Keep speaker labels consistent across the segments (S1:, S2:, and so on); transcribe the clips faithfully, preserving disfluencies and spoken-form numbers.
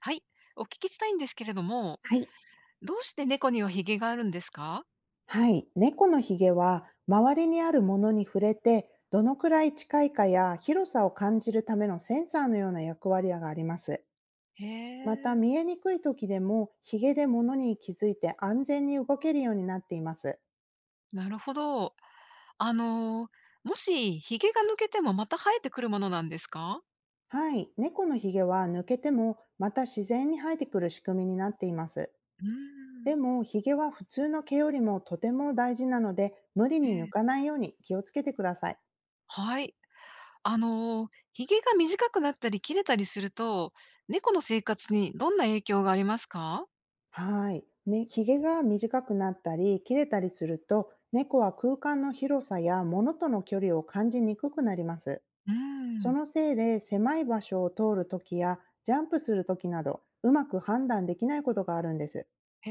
S1: はい、お聞きしたいんですけれども、
S2: はい。
S1: どうして猫にはヒゲがあるんですか？
S2: はい。猫のひげは、周りにあるものに触れて、どのくらい近いかや広さを感じるためのセンサーのような役割があります。
S1: へ
S2: また、
S1: え、
S2: 見えにくい時でも、ひげで物に気づいて安全に動けるようになっています。
S1: なるほど。あの、もしヒゲが抜けてもまた生えてくるものなんですか？
S2: はい。猫のひげは抜けても、また自然に生えてくる仕組みになっています。
S1: うーん、
S2: でも、ひげは普通の毛よりもとても大事なので、無理
S1: え
S2: に抜
S1: え、
S2: かないように気をつけてください。
S1: はい。あの、ヒゲが短くなったり切れたりすると、猫の生活にどんな影響がありますか？
S2: はい。ね、ひげが短くなったり、切れたりすると、猫は空間の広さや物との距離を感じにくくなります。
S1: うー
S2: そ
S1: ん、
S2: のせいで、狭い場所を通るときや、ジャンプするときなど、うまく判断できないことがあるんです。
S1: へ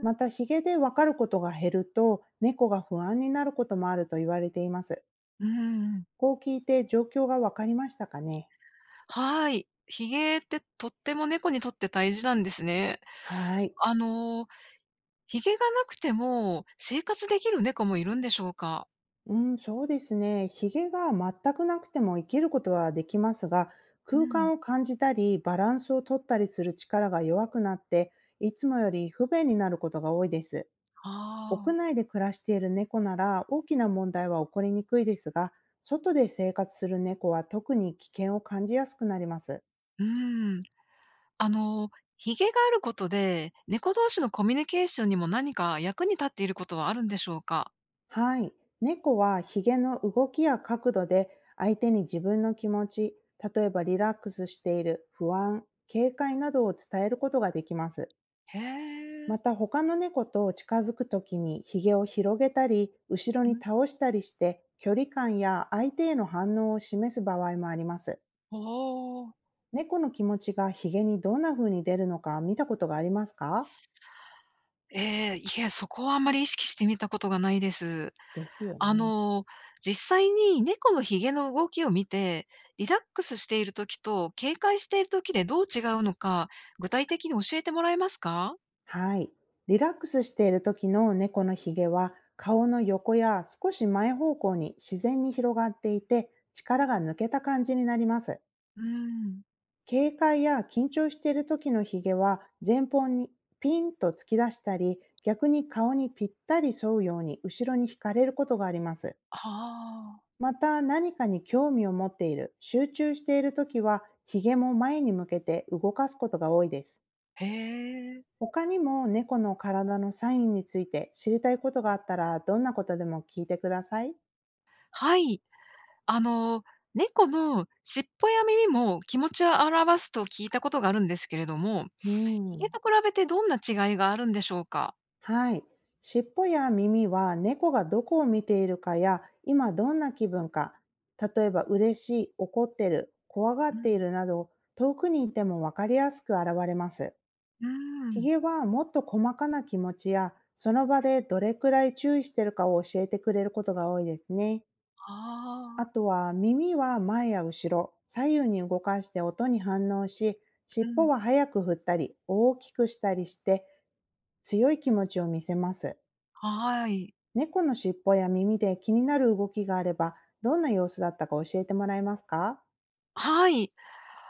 S2: また、ひげでわかることが減ると、猫が不安になることもあると言われています。
S1: うん、
S2: こう聞いて状況がわかりましたかね？
S1: はい。ヒゲってとっても猫にとって大事なんですね。
S2: はい。
S1: あのひげがなくても、生活できる猫もいるんでしょうか？
S2: うん、そうですね。ひげが全くなくても生きることはできますが、
S1: う
S2: 空
S1: ん。
S2: 間を感じたり、バランスを取ったりする力が弱くなって、いつもより不便になることが多いです。
S1: あ
S2: 屋
S1: あ、
S2: 内で暮らしている猫なら大きな問題は起こりにくいですが、外で生活する猫は特に危険を感じやすくなります。
S1: うん。あの、ひげがあることで、猫同士のコミュニケーションにも何か役に立っていることはあるんでしょうか？
S2: はい。猫はヒゲの動きや角度で相手に自分の気持ち、例えばリラックスしている、不安、警戒などを伝えることができます。
S1: へえ。
S2: また、他の猫と近づくときにヒゲを広げたり、後ろ
S1: う
S2: に
S1: ん。
S2: 倒したりして距離感や相手への反応を示す場合もあります。
S1: おお。
S2: 猫の気持ちがヒゲにどんな風に出るのか見たことがありますか？
S1: ええ、いえ、そこはあんまり意識してみたことがないです。
S2: ですよ
S1: あ
S2: ね。
S1: の、実際に猫のひげの動きを見て、リラックスしている時と警戒している時でどう違うのか、具体的に教えてもらえますか？
S2: はい。リラックスしている時の猫のひげは顔の横や少し前方向に自然に広がっていて、力が抜けた感じになります。
S1: うん。
S2: 警戒や緊張している時のひげは前方にピンと突き出したり、逆に顔にぴったり沿うように後ろに引かれることがあります。
S1: はあ。
S2: また、何かに興味を持っている、集中している時はひげも前に向けて動かすことが多いです。
S1: へえ。
S2: 他にも猫の体のサインについて知りたいことがあったら、どんなことでも聞いてください。
S1: はい。あの、猫の尻尾や耳も気持ちを表すと聞いたことがあるんですけれども、
S2: う
S1: ヒゲ
S2: ん。
S1: と比べてどんな違いがあるんでしょうか？
S2: はい。尻尾や耳は猫がどこを見ているかや今どんな気分か、例えば嬉しい、怒ってる、怖がっ
S1: う
S2: てい
S1: ん。
S2: るなど、遠くにいてもわかりやすく現れます。
S1: う
S2: ヒ
S1: ん。
S2: ゲはもっと細かな気持ちやその場でどれくらい注意してるかを教えてくれることが多いですね。あ
S1: あ
S2: と
S1: あ。
S2: は、耳は前や後ろ、左右に動かして音に反応し、
S1: う
S2: 尻尾
S1: ん。
S2: は早く振ったり、大きくしたりして、強い気持ちを見せます。
S1: はい。
S2: 猫の尻尾や耳で気になる動きがあれば、どんな様子だったか教えてもらえますか？
S1: はい。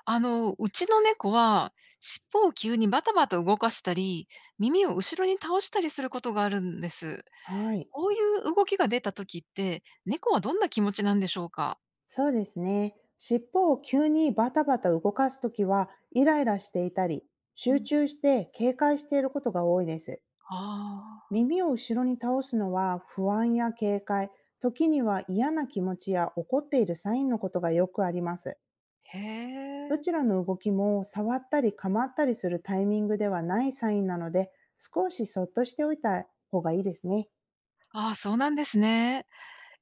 S1: あの、うちの猫は尻尾を急にバタバタ動かしたり、耳を後ろに倒したりすることがあるんです。
S2: はい。
S1: こういう動きが出た時って、猫はどんな気持ちなんでしょうか？
S2: そうですね。尻尾を急にバタバタ動かすときは、イライラしていたり、
S1: う
S2: 集
S1: ん。
S2: 中して警戒していることが多いです。
S1: あ
S2: 耳を後ろに倒すのは不安や警戒、時には嫌な気持ちや怒っているサインのことがよくあります。
S1: あ、へ
S2: ど
S1: え。
S2: ちらの動きも触ったり構ったりするタイミングではないサインなので、少しそっとしておいた方がいいですね。
S1: ああ、そうなんですね。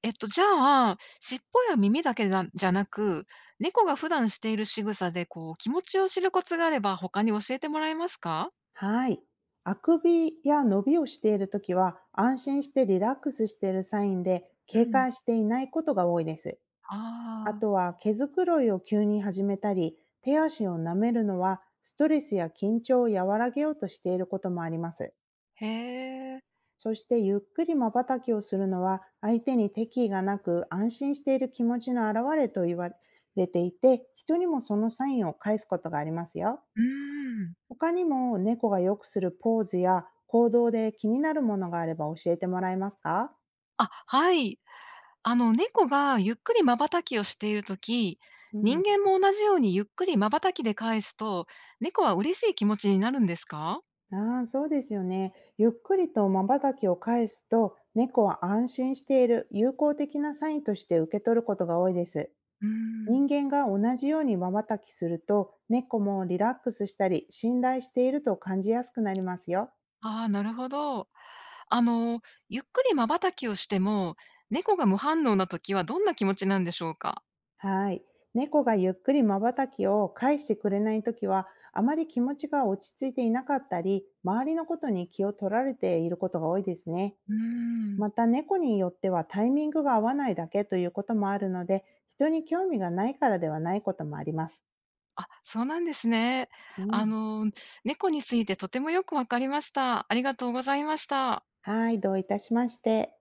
S1: えっと、じゃあ、尻尾や耳だけなじゃなく、猫が普段している仕草で、こう、気持ちを知るコツがあれば、他に教えてもらえますか？
S2: はい。あくびや伸びをしているときは安心してリラックスしているサインで、
S1: う
S2: 警
S1: ん。
S2: 戒していないことが多いです。あ
S1: ああ、
S2: とは、毛づくろいを急に始めたり、手足を舐めるのはストレスや緊張を和らげようとしていることもあります。
S1: へえ。
S2: そして、ゆっくりまばたきをするのは相手に敵意がなく安心している気持ちの表れと言われていて、人にもそのサインを返すことがありますよ。
S1: うーん。
S2: 他にも猫がよくするポーズや行動で気になるものがあれば教えてもらえますか？
S1: あ、はい。あの、猫がゆっくり瞬きをしているとき
S2: う
S1: 人
S2: ん。
S1: 間も同じようにゆっくり瞬きで返すと、猫は嬉しい気持ちになるんですか？
S2: ああ、そうですよね。ゆっくりと瞬きを返すと、猫は安心している友好的なサインとして受け取ることが多いです。
S1: うーん。
S2: 人間が同じように瞬きすると、猫もリラックスしたり、信頼していると感じやすくなりますよ。
S1: ああ、なるほど。あの、ゆっくり瞬きをしても、猫が無反応な時はどんな気持ちなんでしょうか？
S2: はい。猫がゆっくり瞬きを返してくれないときは、あまり気持ちが落ち着いていなかったり、周りのことに気を取られていることが多いですね。
S1: うーん。
S2: また、猫によってはタイミングが合わないだけということもあるので、人に興味がないからではないこともあります。
S1: あ、そうなんですね。
S2: う
S1: あ
S2: ん。
S1: の、猫についてとてもよくわかりました。ありがとうございました。
S2: はい、どういたしまして。